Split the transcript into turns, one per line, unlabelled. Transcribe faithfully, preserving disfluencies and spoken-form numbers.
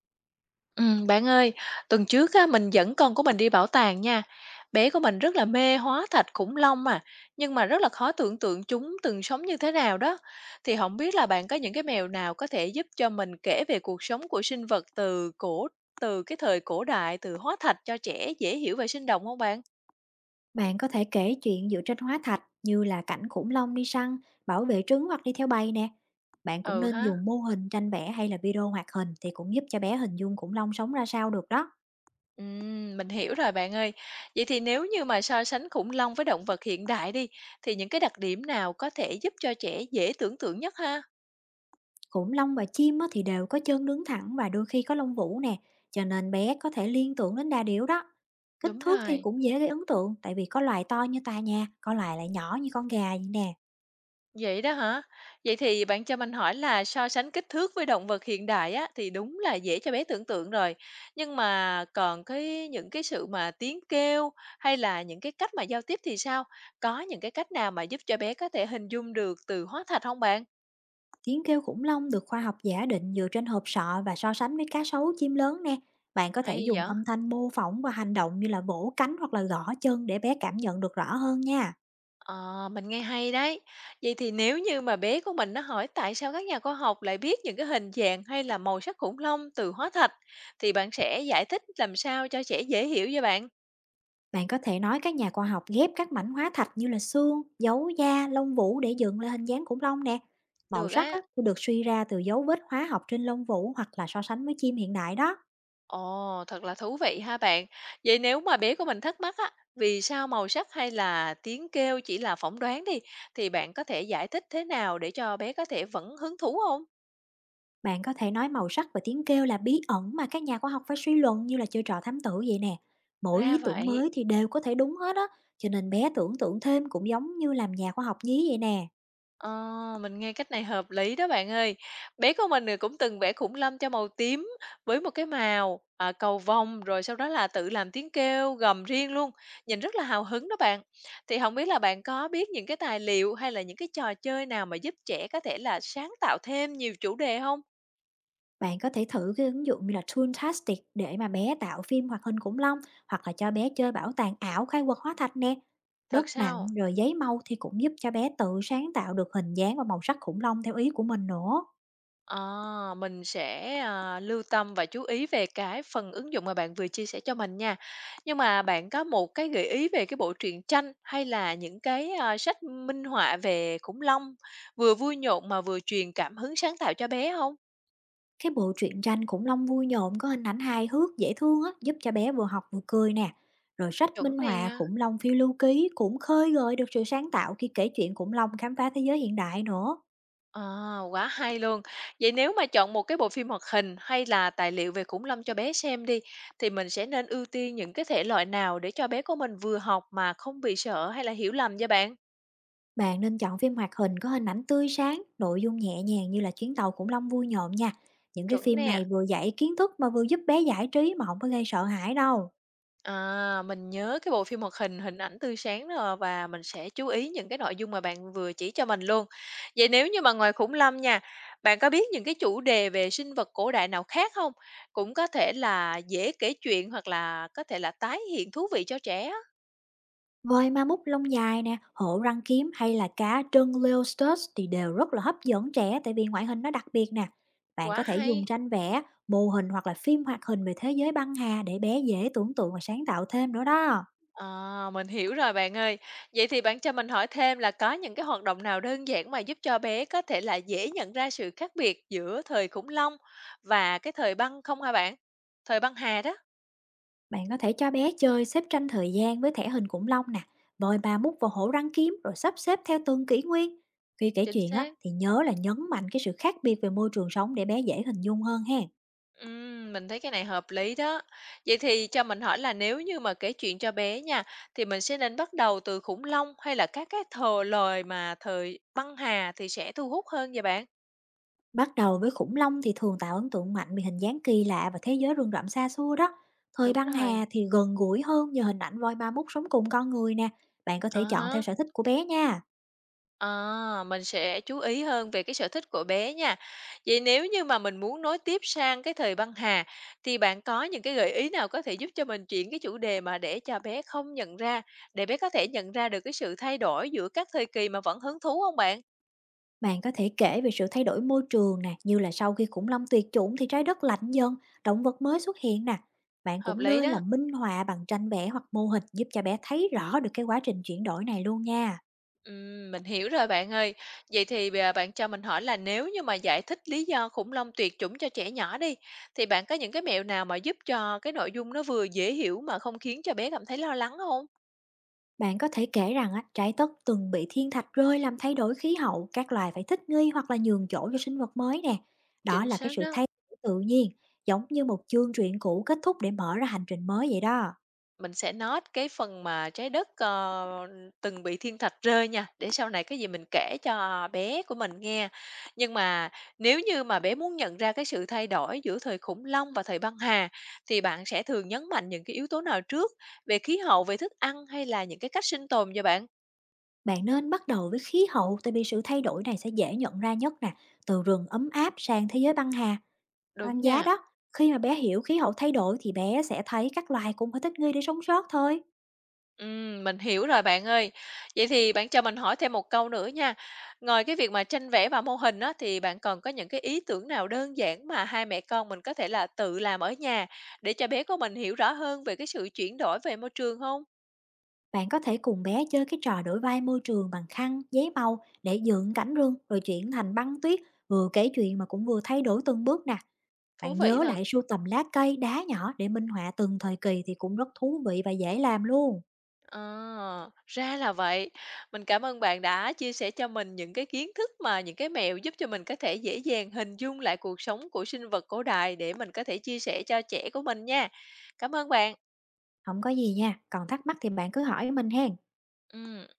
Ừm, bạn ơi, tuần trước á, mình dẫn con của mình đi bảo tàng nha. Bé của mình rất là mê hóa thạch khủng long mà, nhưng mà rất là khó tưởng tượng chúng từng sống như thế nào đó. Thì không biết là bạn có những cái mèo nào có thể giúp cho mình kể về cuộc sống của sinh vật từ cổ từ cái thời cổ đại từ hóa thạch cho trẻ dễ hiểu và sinh động không bạn?
Bạn có thể kể chuyện dựa trên hóa thạch như là cảnh khủng long đi săn, bảo vệ trứng hoặc đi theo bầy nè. Bạn cũng
Ừ
nên
ha.
dùng mô hình tranh vẽ hay là video hoạt hình thì cũng giúp cho bé hình dung khủng long sống ra sao được đó.
Ừm, mình hiểu rồi bạn ơi. Vậy thì nếu như mà so sánh khủng long với động vật hiện đại đi, thì những cái đặc điểm nào có thể giúp cho trẻ dễ tưởng tượng nhất ha?
Khủng long và chim á thì đều có chân đứng thẳng và đôi khi có lông vũ nè, cho nên bé có thể liên tưởng đến đa điểu đó. Kích
Đúng
thước thì
rồi.
cũng dễ gây ấn tượng tại vì có loài to như tòa nhà, có loài lại nhỏ như con gà vậy nè.
Vậy đó hả? Vậy thì bạn cho mình hỏi là so sánh kích thước với động vật hiện đại á, thì đúng là dễ cho bé tưởng tượng rồi. Nhưng mà còn cái những cái sự mà tiếng kêu hay là những cái cách mà giao tiếp thì sao? Có những cái cách nào mà giúp cho bé có thể hình dung được từ hóa thạch không bạn?
Tiếng kêu khủng long được khoa học giả định dựa trên hộp sọ và so sánh với cá sấu, chim lớn nè. Bạn có thể
Hay
dùng
vậy?
âm thanh mô phỏng và hành động như là vỗ cánh hoặc là gõ chân để bé cảm nhận được rõ hơn nha.
Ờ, mình nghe hay đấy. Vậy thì nếu như mà bé của mình nó hỏi tại sao các nhà khoa học lại biết những cái hình dạng hay là màu sắc khủng long từ hóa thạch, thì bạn sẽ giải thích làm sao cho trẻ dễ hiểu cho bạn.
Bạn có thể nói các nhà khoa học ghép các mảnh hóa thạch như là xương, dấu da, lông vũ để dựng lên hình dáng khủng long nè. Màu
Được
sắc
á.
á, thì được suy ra từ dấu vết hóa học trên lông vũ hoặc là so sánh với chim hiện đại đó.
Ồ, thật là thú vị ha bạn. Vậy nếu mà bé của mình thắc mắc á, vì sao màu sắc hay là tiếng kêu chỉ là phỏng đoán đi, thì bạn có thể giải thích thế nào để cho bé có thể vẫn hứng thú không?
Bạn có thể nói màu sắc và tiếng kêu là bí ẩn mà các nhà khoa học phải suy luận như là chơi trò thám tử vậy nè. Mỗi
Ra
ý tưởng
vậy.
mới thì đều có thể đúng hết á, cho nên bé tưởng tượng thêm cũng giống như làm nhà khoa học nhí vậy nè.
Ờ, mình nghe cách này hợp lý đó bạn ơi. Bé của mình thì cũng từng vẽ khủng long cho màu tím với một cái màu à, cầu vồng rồi sau đó là tự làm tiếng kêu gầm riêng luôn. Nhìn rất là hào hứng đó bạn. Thì không biết là bạn có biết những cái tài liệu hay là những cái trò chơi nào mà giúp trẻ có thể là sáng tạo thêm nhiều chủ đề không?
Bạn có thể thử cái ứng dụng như là Toontastic để mà bé tạo phim hoạt hình khủng long hoặc là cho bé chơi bảo tàng ảo khai quật hóa thạch nè. Đất
Thật
nặng
sao?
rồi giấy màu thì cũng giúp cho bé tự sáng tạo được hình dáng và màu sắc khủng long theo ý của mình nữa.
à mình sẽ à, lưu tâm và chú ý về cái phần ứng dụng mà bạn vừa chia sẻ cho mình nha. Nhưng mà bạn có một cái gợi ý về cái bộ truyện tranh hay là những cái, a, sách minh họa về khủng long, vừa vui nhộn mà vừa truyền cảm hứng sáng tạo cho bé không?
Cái bộ truyện tranh khủng long vui nhộn có hình ảnh hài hước, dễ thương á, giúp cho bé vừa học vừa cười nè. Rồi sách minh
Chuẩn
họa
nè.
khủng long phiêu lưu ký cũng khơi gợi được sự sáng tạo khi kể chuyện khủng long khám phá thế giới hiện đại nữa.
À, quá hay luôn. Vậy nếu mà chọn một cái bộ phim hoạt hình hay là tài liệu về khủng long cho bé xem đi, thì mình sẽ nên ưu tiên những cái thể loại nào để cho bé của mình vừa học mà không bị sợ hay là hiểu lầm vậy bạn?
Bạn nên chọn phim hoạt hình có hình ảnh tươi sáng, nội dung nhẹ nhàng như là chuyến tàu khủng long vui nhộn nha. Những cái
Chuẩn
phim
nè.
này vừa dạy kiến thức mà vừa giúp bé giải trí mà không có gây sợ hãi đâu.
À, mình nhớ cái bộ phim hoạt hình "Hình ảnh tươi sáng" rồi và mình sẽ chú ý những cái nội dung mà bạn vừa chỉ cho mình luôn. Vậy nếu như mà ngoài khủng long nha, bạn có biết những cái chủ đề về sinh vật cổ đại nào khác không? Cũng có thể là dễ kể chuyện hoặc là có thể là tái hiện thú vị cho trẻ á.
Voi ma mút lông dài nè, hổ răng kiếm hay là cá trân Leostus thì đều rất là hấp dẫn trẻ tại vì ngoại hình nó đặc biệt nè. Bạn
Quá
có thể dùng
hay!
tranh vẽ, mô hình hoặc là phim hoạt hình về thế giới băng hà để bé dễ tưởng tượng và sáng tạo thêm nữa đó.
Ờ, mình hiểu rồi bạn ơi. Vậy thì bạn cho mình hỏi thêm là có những cái hoạt động nào đơn giản mà giúp cho bé có thể là dễ nhận ra sự khác biệt giữa thời khủng long và cái thời băng không hả bạn? Thời băng hà đó.
Bạn có thể cho bé chơi xếp tranh thời gian với thẻ hình khủng long nè, voi ma mút và hổ răng kiếm rồi sắp xếp theo từng kỷ nguyên. Khi kể
Chính
chuyện á,
xác.
thì nhớ là nhấn mạnh cái sự khác biệt về môi trường sống để bé dễ hình dung hơn ha.
Ừm, mình thấy cái này hợp lý đó. Vậy thì cho mình hỏi là nếu như mà kể chuyện cho bé nha, thì mình sẽ nên bắt đầu từ khủng long hay là các cái thờ lời mà thời băng hà thì sẽ thu hút hơn vậy bạn?
Bắt đầu với khủng long thì thường tạo ấn tượng mạnh vì hình dáng kỳ lạ và thế giới rừng rậm xa xôi đó. Thời
Đúng
băng hà
rồi.
thì gần gũi hơn nhờ hình ảnh voi ma mút sống cùng con người nè. Bạn có
À
thể chọn theo
há.
sở thích của bé nha.
À, mình sẽ chú ý hơn về cái sở thích của bé nha. Vậy nếu như mà mình muốn nối tiếp sang cái thời băng hà, thì bạn có những cái gợi ý nào có thể giúp cho mình chuyển cái chủ đề mà để cho bé không nhận ra, để bé có thể nhận ra được cái sự thay đổi giữa các thời kỳ mà vẫn hứng thú không bạn?
Bạn có thể kể về sự thay đổi môi trường nè, như là sau khi khủng long tuyệt chủng thì trái đất lạnh dần, động vật mới xuất hiện nè. Bạn
Hợp
cũng
lý
nên là
đó.
minh họa bằng tranh vẽ hoặc mô hình giúp cho bé thấy rõ được cái quá trình chuyển đổi này luôn nha.
Ừm, mình hiểu rồi bạn ơi. Vậy thì bây giờ bạn cho mình hỏi là nếu như mà giải thích lý do khủng long tuyệt chủng cho trẻ nhỏ đi, thì bạn có những cái mẹo nào mà giúp cho cái nội dung nó vừa dễ hiểu mà không khiến cho bé cảm thấy lo lắng không?
Bạn có thể kể rằng á, trái đất từng bị thiên thạch rơi làm thay đổi khí hậu, các loài phải thích nghi hoặc là nhường chỗ cho sinh vật mới nè. Đó
Chính
là cái
xác
sự
đó.
thay đổi tự nhiên, giống như một chương truyện cũ kết thúc để mở ra hành trình mới vậy đó.
Mình sẽ note cái phần mà trái đất, ờ, từng bị thiên thạch rơi nha, để sau này cái gì mình kể cho bé của mình nghe. Nhưng mà nếu như mà bé muốn nhận ra cái sự thay đổi giữa thời khủng long và thời băng hà, thì bạn sẽ thường nhấn mạnh những cái yếu tố nào trước? Về khí hậu, về thức ăn hay là những cái cách sinh tồn vậy bạn?
Bạn nên bắt đầu với khí hậu tại vì sự thay đổi này sẽ dễ nhận ra nhất nè, từ rừng ấm áp sang thế giới băng hà,
Đúng
băng giá
nha.
đó. Khi mà bé hiểu khí hậu thay đổi thì bé sẽ thấy các loài cũng phải thích nghi để sống sót thôi.
Ừm, mình hiểu rồi bạn ơi. Vậy thì bạn cho mình hỏi thêm một câu nữa nha. Ngoài cái việc mà tranh vẽ và mô hình á, thì bạn còn có những cái ý tưởng nào đơn giản mà hai mẹ con mình có thể là tự làm ở nhà để cho bé của mình hiểu rõ hơn về cái sự chuyển đổi về môi trường không?
Bạn có thể cùng bé chơi cái trò đổi vai môi trường bằng khăn, giấy màu để dựng cảnh rừng rồi chuyển thành băng tuyết, vừa kể chuyện mà cũng vừa thay đổi từng bước nè.
Thú
Bạn
vị
nhớ
thật.
lại sưu tầm lá cây, đá nhỏ để minh họa từng thời kỳ thì cũng rất thú vị và dễ làm luôn.
Ờ, ra là vậy. Mình cảm ơn bạn đã chia sẻ cho mình những cái kiến thức mà những cái mẹo giúp cho mình có thể dễ dàng hình dung lại cuộc sống của sinh vật cổ đại để mình có thể chia sẻ cho trẻ của mình nha. Cảm ơn bạn.
Không có gì nha, còn thắc mắc thì bạn cứ hỏi mình hen.
Ừm.